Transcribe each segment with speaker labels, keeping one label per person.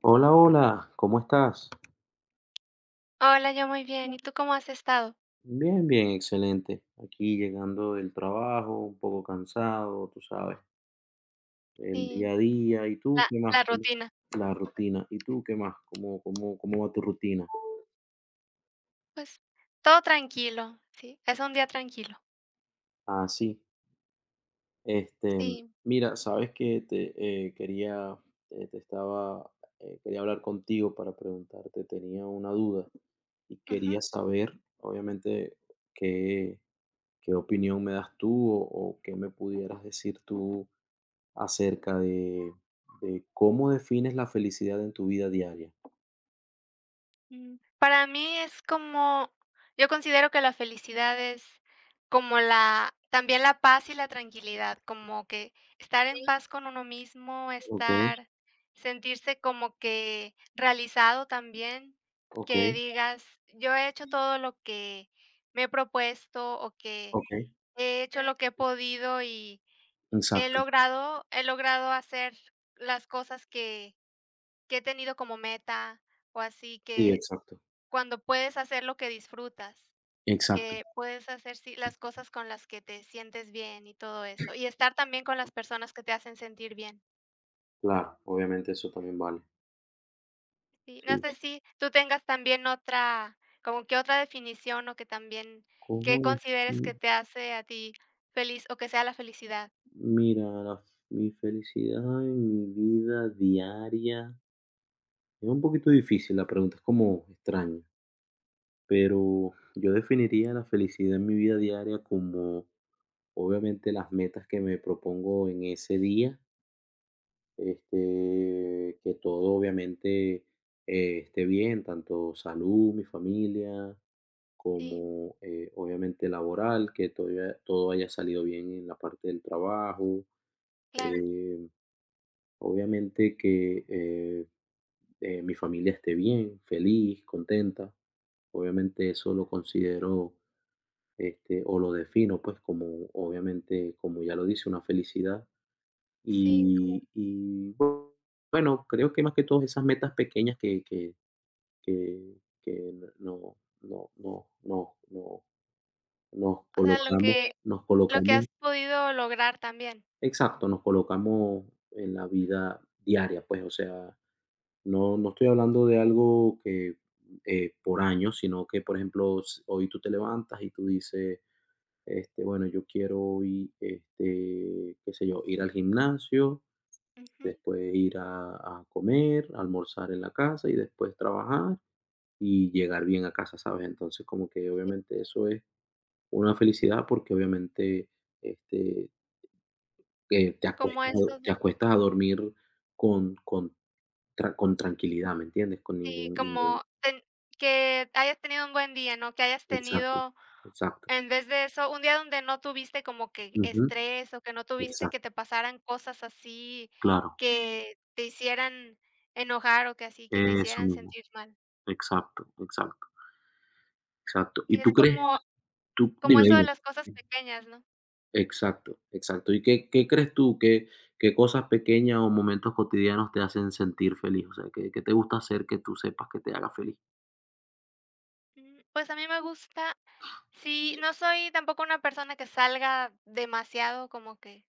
Speaker 1: Hola, hola, ¿cómo estás?
Speaker 2: Hola, yo muy bien. ¿Y tú cómo has estado?
Speaker 1: Bien, bien, excelente. Aquí llegando del trabajo, un poco cansado, tú sabes, el día
Speaker 2: Sí,
Speaker 1: a día. ¿Y tú
Speaker 2: la
Speaker 1: qué más?
Speaker 2: la rutina.
Speaker 1: La rutina. ¿Y tú qué más? ¿Cómo va tu rutina?
Speaker 2: Pues, todo tranquilo, sí, es un día tranquilo.
Speaker 1: Ah, sí. Este,
Speaker 2: Sí,
Speaker 1: Mira, sabes que te quería, te estaba, quería hablar contigo para preguntarte, tenía una duda y
Speaker 2: ujú,
Speaker 1: quería saber, obviamente, qué, qué opinión me das tú o qué me pudieras decir tú acerca de cómo defines la felicidad en tu vida diaria.
Speaker 2: para mí es como yo considero que la felicidad es como la también la paz y la tranquilidad, como que estar en paz con uno mismo,
Speaker 1: Okey,
Speaker 2: estar sentirse como que realizado también, que
Speaker 1: okey,
Speaker 2: digas: "Yo he hecho todo lo que me he propuesto", o que
Speaker 1: okey.
Speaker 2: he hecho lo que he podido y he
Speaker 1: Exacto.
Speaker 2: logrado he logrado hacer las cosas que he tenido como meta, o así
Speaker 1: Sí,
Speaker 2: que
Speaker 1: exacto.
Speaker 2: cuando puedes hacer lo que disfrutas,
Speaker 1: Exacto.
Speaker 2: que puedes hacer, sí, las cosas con las que te sientes bien y todo eso, y estar también con las personas que te hacen sentir bien.
Speaker 1: Claro, obviamente eso también vale.
Speaker 2: Sí, no sé
Speaker 1: Sí.
Speaker 2: si tú tengas también otra, como que otra definición, o que también
Speaker 1: ¿Cómo
Speaker 2: que consideres que
Speaker 1: defin
Speaker 2: te hace a ti feliz, o que sea la felicidad.
Speaker 1: Mira, la mi felicidad en mi vida diaria. Es un poquito difícil la pregunta, es como extraña, pero yo definiría la felicidad en mi vida diaria como, obviamente, las metas que me propongo en ese día. Que todo obviamente, esté bien, tanto salud, mi familia,
Speaker 2: Sí,
Speaker 1: como, obviamente laboral, que todo haya salido bien en la parte del trabajo. Claro.
Speaker 2: claro.
Speaker 1: Obviamente que, mi familia esté bien, feliz, contenta. Obviamente eso lo considero, o lo defino, pues, como obviamente, como ya lo dice, una felicidad.
Speaker 2: Sí.
Speaker 1: Y bueno, creo que más que todo esas metas pequeñas que no nos
Speaker 2: O sea,
Speaker 1: colocamos, nos
Speaker 2: lo que
Speaker 1: colocamos,
Speaker 2: has podido lograr también.
Speaker 1: exacto, nos colocamos en la vida diaria, pues, o sea, no estoy hablando de algo que por años, sino que, por ejemplo, hoy tú te levantas y tú dices, bueno, yo quiero hoy, qué sé yo, ir al gimnasio
Speaker 2: Ujú.
Speaker 1: después ir a comer, almorzar en la casa y después trabajar y llegar bien a casa, ¿sabes? Entonces, como que obviamente eso es una felicidad porque obviamente, este,
Speaker 2: Como eso
Speaker 1: te
Speaker 2: de
Speaker 1: acuestas a dormir con con con tranquilidad, ¿me entiendes? Con
Speaker 2: sí,
Speaker 1: ningún.
Speaker 2: como ten que hayas tenido un buen día, ¿no? Que hayas
Speaker 1: Exacto,
Speaker 2: tenido,
Speaker 1: exacto.
Speaker 2: en vez de eso, un día donde no tuviste como que
Speaker 1: Ujú,
Speaker 2: estrés, o que no tuviste
Speaker 1: exacto,
Speaker 2: que te pasaran cosas así
Speaker 1: claro,
Speaker 2: que te hicieran enojar, o que así, que te
Speaker 1: eso
Speaker 2: hicieran
Speaker 1: mismo,
Speaker 2: sentir mal.
Speaker 1: exacto, exacto, exacto.
Speaker 2: Y
Speaker 1: ¿Y tú
Speaker 2: es
Speaker 1: crees?
Speaker 2: como
Speaker 1: Tú
Speaker 2: como
Speaker 1: dime,
Speaker 2: eso de
Speaker 1: dime.
Speaker 2: las cosas pequeñas, ¿no?
Speaker 1: Exacto, exacto. ¿Y qué crees tú? Qué cosas pequeñas o momentos cotidianos te hacen sentir feliz? O sea, qué te gusta hacer que tú sepas que te haga feliz?
Speaker 2: Pues a mí me gusta sí, no soy tampoco una persona que salga demasiado, como que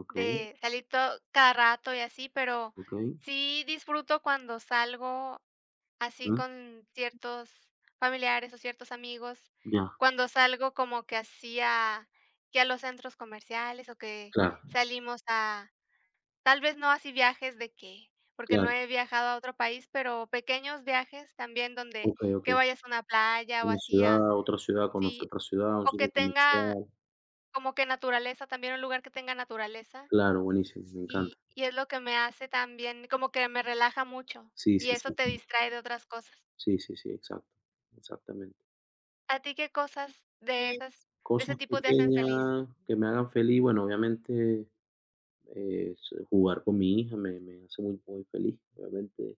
Speaker 1: Okey, sí.
Speaker 2: de salir todo cada rato y así, pero sí disfruto cuando salgo así
Speaker 1: Mm,
Speaker 2: con ciertos familiares o ciertos amigos,
Speaker 1: ya,
Speaker 2: cuando salgo como que así que a los centros comerciales o que
Speaker 1: claro,
Speaker 2: salimos a tal vez no así viajes de que porque no
Speaker 1: claro.
Speaker 2: he viajado a otro país, pero pequeños viajes también donde
Speaker 1: Okey,
Speaker 2: que
Speaker 1: okey.
Speaker 2: vayas a una playa o
Speaker 1: Una
Speaker 2: así a
Speaker 1: ciudad, otra ciudad, conocer
Speaker 2: sí,
Speaker 1: otra ciudad, un
Speaker 2: o
Speaker 1: sitio
Speaker 2: que tenga
Speaker 1: comercial.
Speaker 2: como que naturaleza, también un lugar que tenga naturaleza.
Speaker 1: Claro, buenísimo, me encanta.
Speaker 2: Y es lo que me hace también como que me relaja mucho,
Speaker 1: Sí,
Speaker 2: y
Speaker 1: sí,
Speaker 2: eso
Speaker 1: sí.
Speaker 2: te distrae de otras cosas.
Speaker 1: Sí, sí, sí, exacto, exactamente.
Speaker 2: ¿A ti qué cosas de esas de
Speaker 1: Cosas
Speaker 2: ese tipo te hacen
Speaker 1: pequeñas
Speaker 2: feliz?
Speaker 1: que me hagan feliz, bueno, obviamente, s jugar con mi hija me hace muy, muy feliz, obviamente.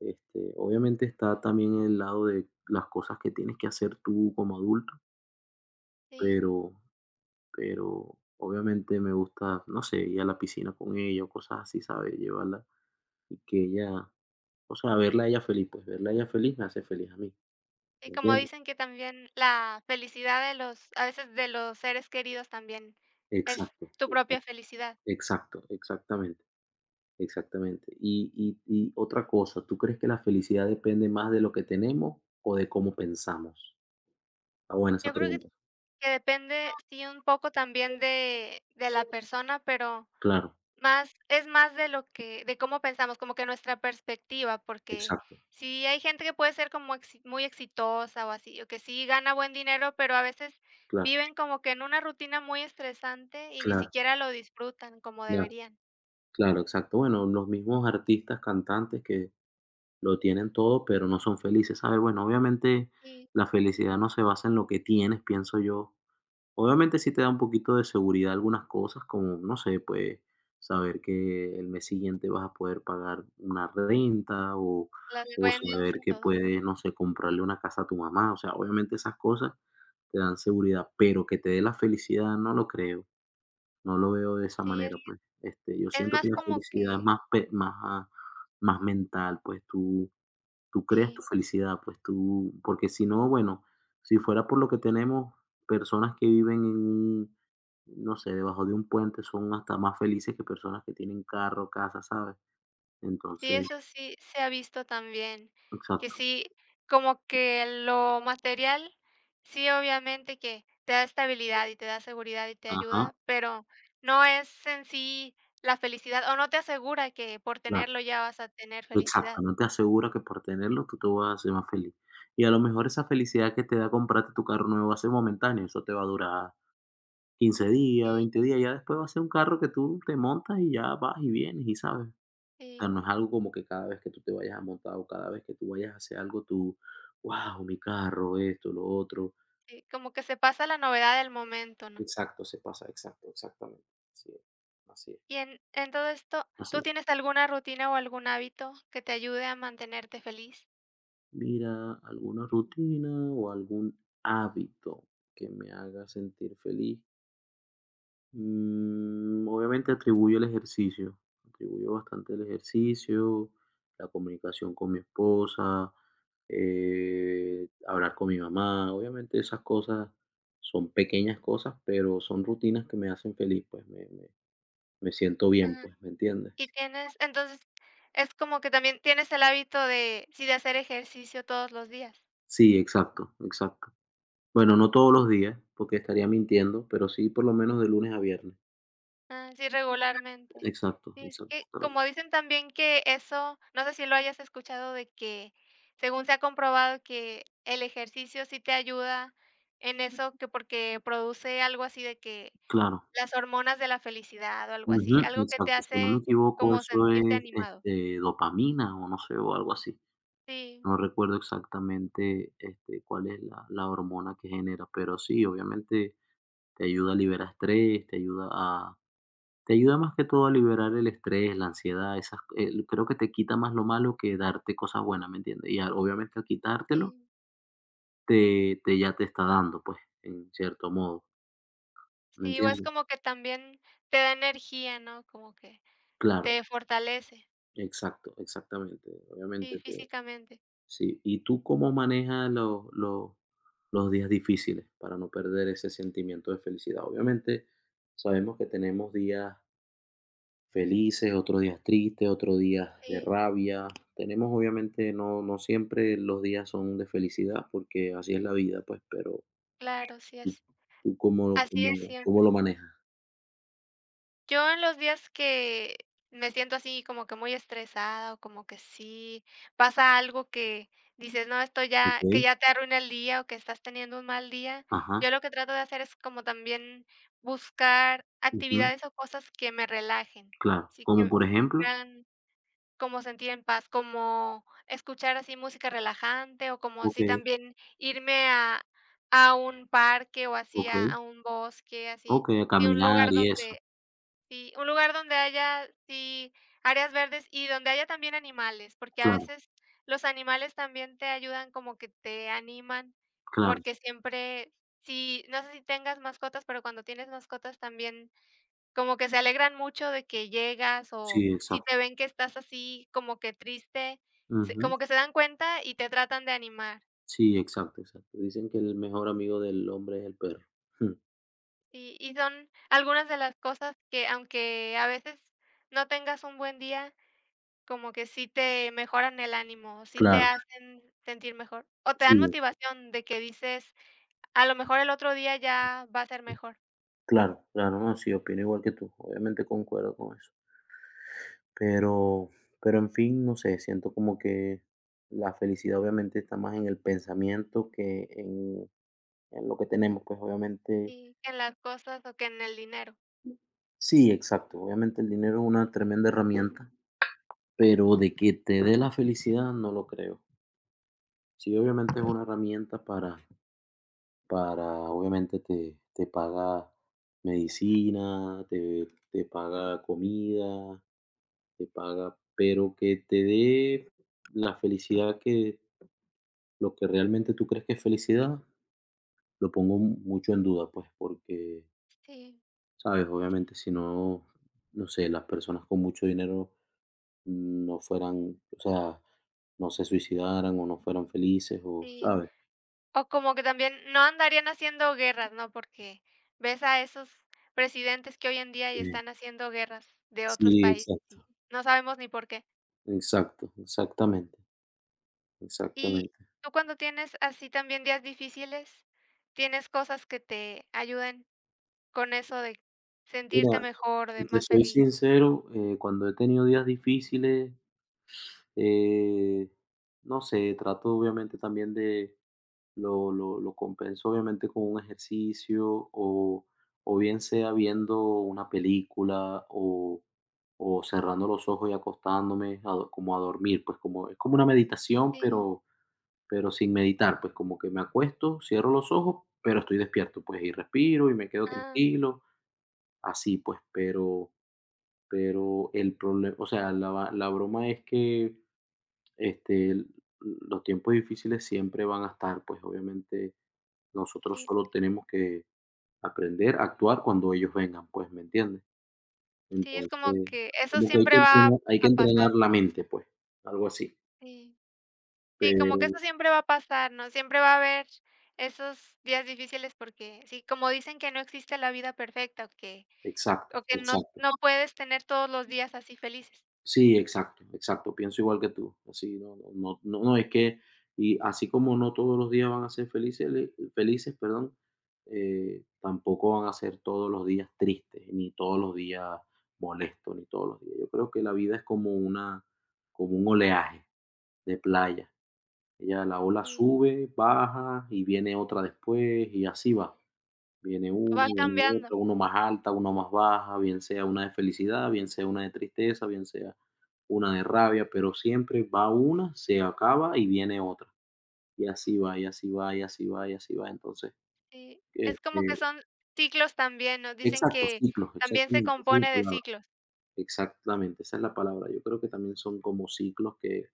Speaker 1: Obviamente está también el lado de las cosas que tienes que hacer tú como adulto,
Speaker 2: Sí,
Speaker 1: pero, obviamente me gusta, no sé, ir a la piscina con ella o cosas así, ¿sabes? Llevarla y que ella, o sea, verla a ella feliz, pues verla a ella feliz me hace feliz a mí,
Speaker 2: y
Speaker 1: ¿me
Speaker 2: como
Speaker 1: entiendes?
Speaker 2: dicen que también la felicidad de los a veces de los seres queridos también es
Speaker 1: Exacto,
Speaker 2: tu
Speaker 1: exacto,
Speaker 2: propia felicidad.
Speaker 1: exacto, exactamente, exactamente. Y otra cosa, ¿tú crees que la felicidad depende más de lo que tenemos o de cómo pensamos? Está buena esa
Speaker 2: Yo creo que
Speaker 1: pregunta.
Speaker 2: depende, sí, un poco también de la persona, pero
Speaker 1: Claro,
Speaker 2: más es más de lo que de cómo pensamos, como que nuestra perspectiva, porque
Speaker 1: exacto,
Speaker 2: sí hay gente que puede ser como exi muy exitosa o así, o que sí gana buen dinero, pero a veces
Speaker 1: claro,
Speaker 2: viven como que en una rutina muy estresante y ni
Speaker 1: claro.
Speaker 2: siquiera lo disfrutan como
Speaker 1: Claro.
Speaker 2: deberían.
Speaker 1: Claro, exacto. Bueno, los mismos artistas, cantantes que lo tienen todo, pero no son felices, ¿sabes? Bueno, obviamente
Speaker 2: Sí,
Speaker 1: la felicidad no se basa en lo que tienes, pienso yo. Obviamente sí te da un poquito de seguridad algunas cosas, como, no sé, pues saber que el mes siguiente vas a poder pagar una renta
Speaker 2: las
Speaker 1: o
Speaker 2: cuentas
Speaker 1: saber
Speaker 2: y
Speaker 1: que
Speaker 2: todo.
Speaker 1: puedes, no sé, comprarle una casa a tu mamá. O sea, obviamente esas cosas te dan seguridad, pero que te dé la felicidad, no lo creo. No lo veo de esa
Speaker 2: Sí,
Speaker 1: manera, pues, yo
Speaker 2: es
Speaker 1: siento que
Speaker 2: más
Speaker 1: la, claro,
Speaker 2: como
Speaker 1: felicidad es
Speaker 2: que
Speaker 1: más, más mental, pues, tú creas tu
Speaker 2: sí.
Speaker 1: felicidad, pues, tú porque si no, bueno, si fuera por lo que tenemos, personas que viven en un, no sé, debajo de un puente son hasta más felices que personas que tienen carro, casa, ¿sabes?
Speaker 2: Sí,
Speaker 1: Entonces,
Speaker 2: eso sí se ha visto también, que
Speaker 1: exacto,
Speaker 2: sí, como que lo material, sí, obviamente que te da estabilidad y te da seguridad y te
Speaker 1: ajá,
Speaker 2: ayuda, pero no es en sí la felicidad, o no te asegura que por
Speaker 1: claro,
Speaker 2: tenerlo ya vas a tener
Speaker 1: exacto,
Speaker 2: felicidad.
Speaker 1: no te asegura que por tenerlo tú te vas a hacer más feliz. Y a lo mejor esa felicidad que te da comprarte tu carro nuevo va a ser momentáneo, eso te va a durar 15 días,
Speaker 2: Sí,
Speaker 1: 20 días, ya después va a ser un carro que tú te montas y ya vas y vienes y sabes. O sea,
Speaker 2: sí,
Speaker 1: no es algo como que cada vez que tú te vayas a montar o cada vez que tú vayas a hacer algo, tú, wow, mi carro, esto, lo otro.
Speaker 2: sí, como que se pasa la novedad del momento, ¿no?
Speaker 1: Exacto, se pasa, exacto, exactamente. Así es, así es,
Speaker 2: Y en todo esto,
Speaker 1: así
Speaker 2: ¿tú
Speaker 1: es.
Speaker 2: tienes alguna rutina o algún hábito que te ayude a mantenerte feliz?
Speaker 1: Mira, alguna rutina o algún hábito que me haga sentir feliz. Obviamente atribuyo el ejercicio, atribuyo bastante el ejercicio, la comunicación con mi esposa, hablar con mi mamá, obviamente esas cosas son pequeñas cosas, pero son rutinas que me hacen feliz, pues me siento bien, pues, ¿me entiendes?
Speaker 2: Y tienes entonces, es como que también tienes el hábito de sí, de hacer ejercicio todos los días.
Speaker 1: Sí, exacto, exacto. Bueno, no todos los días, porque estaría mintiendo, pero sí por lo menos de lunes a viernes.
Speaker 2: Ah, sí, regularmente.
Speaker 1: Exacto,
Speaker 2: Sí, es
Speaker 1: exacto.
Speaker 2: que, como dicen también que eso, no sé si lo hayas escuchado, de que según se ha comprobado que el ejercicio sí te ayuda en eso, que porque produce algo así de que
Speaker 1: Claro.
Speaker 2: las hormonas de la felicidad o algo
Speaker 1: Ujú,
Speaker 2: así, algo que te
Speaker 1: exacto, si no me
Speaker 2: hace
Speaker 1: equivoco,
Speaker 2: como
Speaker 1: eso
Speaker 2: sentirte
Speaker 1: es,
Speaker 2: animado.
Speaker 1: dopamina o no sé, o algo así.
Speaker 2: Sí,
Speaker 1: No recuerdo exactamente, cuál es la hormona que genera, pero sí, obviamente te ayuda a liberar estrés, te ayuda más que todo a liberar el estrés, la ansiedad, esas creo que te quita más lo malo que darte cosas buenas, ¿me entiendes? Y al obviamente al quitártelo,
Speaker 2: sí.
Speaker 1: te ya te está dando, pues, en cierto modo, ¿me
Speaker 2: Sí, o es
Speaker 1: entiendes?
Speaker 2: como que también te da energía, ¿no? Como que
Speaker 1: Claro,
Speaker 2: te fortalece,
Speaker 1: exacto, exactamente,
Speaker 2: sí,
Speaker 1: obviamente.
Speaker 2: físicamente.
Speaker 1: Sí, ¿y tú cómo manejas los días difíciles para no perder ese sentimiento de felicidad? Obviamente, sabemos que tenemos días felices, otros días tristes, otros días de
Speaker 2: Sí,
Speaker 1: rabia. Tenemos, obviamente, no siempre los días son de felicidad, porque así es la vida, pues, pero,
Speaker 2: claro, sí
Speaker 1: ¿tú
Speaker 2: es.
Speaker 1: tú cómo lo
Speaker 2: Así es
Speaker 1: cómo cómo
Speaker 2: siempre.
Speaker 1: lo manejas?
Speaker 2: Yo en los días que me siento así como que muy estresada o como que sí pasa algo que dices: "No, esto ya
Speaker 1: Okey,
Speaker 2: que ya te arruina el día o que estás teniendo un mal día",
Speaker 1: ajá,
Speaker 2: yo lo que trato de hacer es como también buscar
Speaker 1: ujú,
Speaker 2: actividades o cosas que me relajen,
Speaker 1: claro,
Speaker 2: sí que
Speaker 1: ¿como por
Speaker 2: me
Speaker 1: ejemplo?
Speaker 2: hagan como sentir en paz, como escuchar así música relajante, o como así
Speaker 1: Okey,
Speaker 2: también irme a un parque, o así a
Speaker 1: okey,
Speaker 2: a un bosque, así,
Speaker 1: okey, a
Speaker 2: y un
Speaker 1: caminar
Speaker 2: lugar
Speaker 1: y eso.
Speaker 2: donde sí, un lugar donde haya, sí, áreas verdes y donde haya también animales, porque a
Speaker 1: Claro,
Speaker 2: veces los animales también te ayudan, como que te animan,
Speaker 1: claro,
Speaker 2: porque siempre sí, no sé si tengas mascotas, pero cuando tienes mascotas también como que se alegran mucho de que llegas, o
Speaker 1: sí,
Speaker 2: si te
Speaker 1: exacto.
Speaker 2: ven que estás así como que triste, se
Speaker 1: Ujú.
Speaker 2: como que se dan cuenta y te tratan de animar.
Speaker 1: Sí, exacto, exacto. Dicen que el mejor amigo del hombre es el perro. Mm,
Speaker 2: Y son algunas de las cosas que, aunque a veces no tengas un buen día, como que sí te mejoran el ánimo, sí te
Speaker 1: claro,
Speaker 2: hacen sentir mejor, o te dan
Speaker 1: sí,
Speaker 2: motivación de que dices: "A lo mejor el otro día ya va a ser mejor".
Speaker 1: claro, claro, no, sí, opino igual que tú. Obviamente concuerdo con eso. Pero pero, en fin, no sé, siento como que la felicidad obviamente está más en el pensamiento que en lo que tenemos, pues, obviamente
Speaker 2: Sí, que en las cosas o que en el dinero.
Speaker 1: sí, exacto. Obviamente el dinero es una tremenda herramienta, pero de que te dé la felicidad no lo creo. Sí, obviamente es
Speaker 2: Sí,
Speaker 1: una herramienta para para obviamente te paga medicina, te paga comida, te paga pero que te dé la felicidad que lo que realmente tú crees que es felicidad, lo pongo mucho en duda, pues, porque,
Speaker 2: sí,
Speaker 1: ¿sabes? Obviamente, si no, no sé, las personas con mucho dinero no fueran, o sea, no se suicidaran o no fueran felices o,
Speaker 2: sí.
Speaker 1: ¿sabes?
Speaker 2: O como que también no andarían haciendo guerras, ¿no? Porque ves a esos presidentes que hoy en día y
Speaker 1: Sí,
Speaker 2: están haciendo guerras de otros
Speaker 1: sí,
Speaker 2: países
Speaker 1: exacto,
Speaker 2: y no sabemos ni por qué.
Speaker 1: exacto, exactamente,
Speaker 2: Y
Speaker 1: exactamente.
Speaker 2: tú cuando tienes así también días difíciles, ¿tienes cosas que te ayuden con eso de
Speaker 1: Mira,
Speaker 2: sentirte mejor, de
Speaker 1: si te
Speaker 2: más
Speaker 1: soy
Speaker 2: feliz?
Speaker 1: sincero, cuando he tenido días difíciles, eh, no sé, trato obviamente también de, lo compenso obviamente con un ejercicio o bien sea viendo una película o cerrando los ojos y acostándome como a dormir, pues como es como una meditación,
Speaker 2: Sí,
Speaker 1: pero, sin meditar, pues como que me acuesto, cierro los ojos, pero estoy despierto, pues y respiro y me quedo
Speaker 2: ah,
Speaker 1: tranquilo, así pues, pero el problema, o sea, la va la broma es que, este, l los tiempos difíciles siempre van a estar, pues, obviamente, nosotros
Speaker 2: sí,
Speaker 1: solo tenemos que aprender a actuar cuando ellos vengan, pues, ¿me entiendes?
Speaker 2: sí, es como
Speaker 1: Entonces,
Speaker 2: que eso
Speaker 1: como que
Speaker 2: siempre va
Speaker 1: hay que
Speaker 2: a
Speaker 1: entrenar
Speaker 2: pasar,
Speaker 1: la mente, pues, algo así.
Speaker 2: sí. Sí, como que eso
Speaker 1: Pero
Speaker 2: siempre va a pasar, ¿no? Siempre va a haber esos días difíciles porque sí, como dicen que no existe la vida perfecta
Speaker 1: exacto,
Speaker 2: o que no
Speaker 1: exacto.
Speaker 2: no puedes tener todos los días así felices.
Speaker 1: Sí, exacto, exacto. Pienso igual que tú. Así, no, no, no, no, no, es que, y así como no todos los días van a ser felices, felices, perdón, tampoco van a ser todos los días tristes, ni todos los días molestos, ni todos los días. Yo creo que la vida es como una, como un oleaje de playa. Ella, la ola
Speaker 2: Sí,
Speaker 1: sube, baja y viene otra después y así va. Viene uno,
Speaker 2: va
Speaker 1: viene
Speaker 2: cambiando,
Speaker 1: otro, uno más alta, uno más baja, bien sea una de felicidad, bien sea una de tristeza, bien sea una de rabia, pero siempre va una, se acaba y viene otra. Y así va, y así va, y así va, y así va. Entonces,
Speaker 2: sí. Es como que
Speaker 1: este,
Speaker 2: son ciclos también, ¿no? Dicen
Speaker 1: exacto,
Speaker 2: que
Speaker 1: ciclos,
Speaker 2: también se
Speaker 1: exactamente, esa es la
Speaker 2: compone de
Speaker 1: palabra.
Speaker 2: ciclos,
Speaker 1: Exactamente, esa es la palabra. Yo creo que también son como ciclos que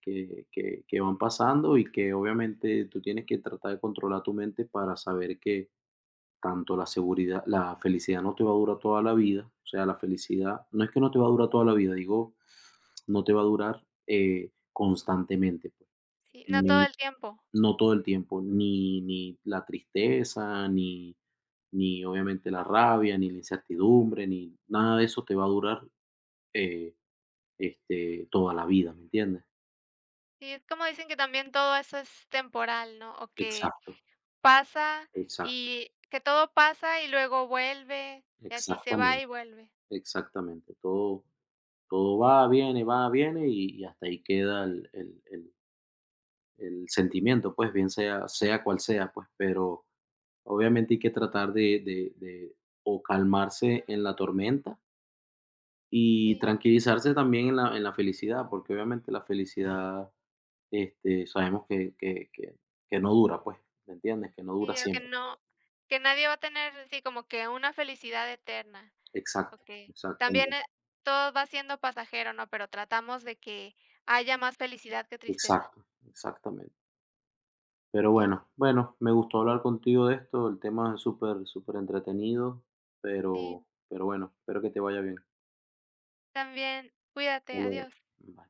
Speaker 1: que que que van pasando y que obviamente tú tienes que tratar de controlar tu mente para saber que tanto la felicidad no te va a durar toda la vida, o sea, la felicidad no es que no te va a durar toda la vida, digo, no te va a durar, constantemente, pues,
Speaker 2: sí, no
Speaker 1: ni
Speaker 2: todo el tiempo.
Speaker 1: no todo el tiempo, ni la tristeza, ni obviamente la rabia, ni la incertidumbre, ni nada de eso te va a durar, eh, toda la vida, ¿me entiendes?
Speaker 2: Sí, es como dicen que también todo eso es temporal, ¿no? O que
Speaker 1: Exacto,
Speaker 2: pasa
Speaker 1: exacto,
Speaker 2: y que todo pasa y luego vuelve, y así se va y
Speaker 1: exactamente,
Speaker 2: vuelve.
Speaker 1: exactamente. Todo, todo va, viene, y hasta ahí queda el sentimiento, pues bien sea, sea cual sea, pues, pero obviamente hay que tratar de o calmarse en la tormenta y
Speaker 2: Sí.
Speaker 1: tranquilizarse también en la, felicidad, porque obviamente la felicidad, sabemos que no dura, pues, ¿me entiendes? Que no
Speaker 2: Sí,
Speaker 1: dura
Speaker 2: o que
Speaker 1: siempre.
Speaker 2: no que nadie va a tener, así como que una felicidad eterna,
Speaker 1: Exacto,
Speaker 2: okey. También,
Speaker 1: exactamente,
Speaker 2: todo va siendo pasajero, ¿no? Pero tratamos de que haya más felicidad que tristeza.
Speaker 1: exacto, exactamente. Pero
Speaker 2: Y
Speaker 1: bueno, bueno, me gustó hablar contigo de esto, el tema es súper, súper entretenido, pero,
Speaker 2: sí,
Speaker 1: bueno, espero que te vaya bien.
Speaker 2: también,
Speaker 1: Hasta
Speaker 2: cuídate,
Speaker 1: luego.
Speaker 2: adiós.
Speaker 1: Bye.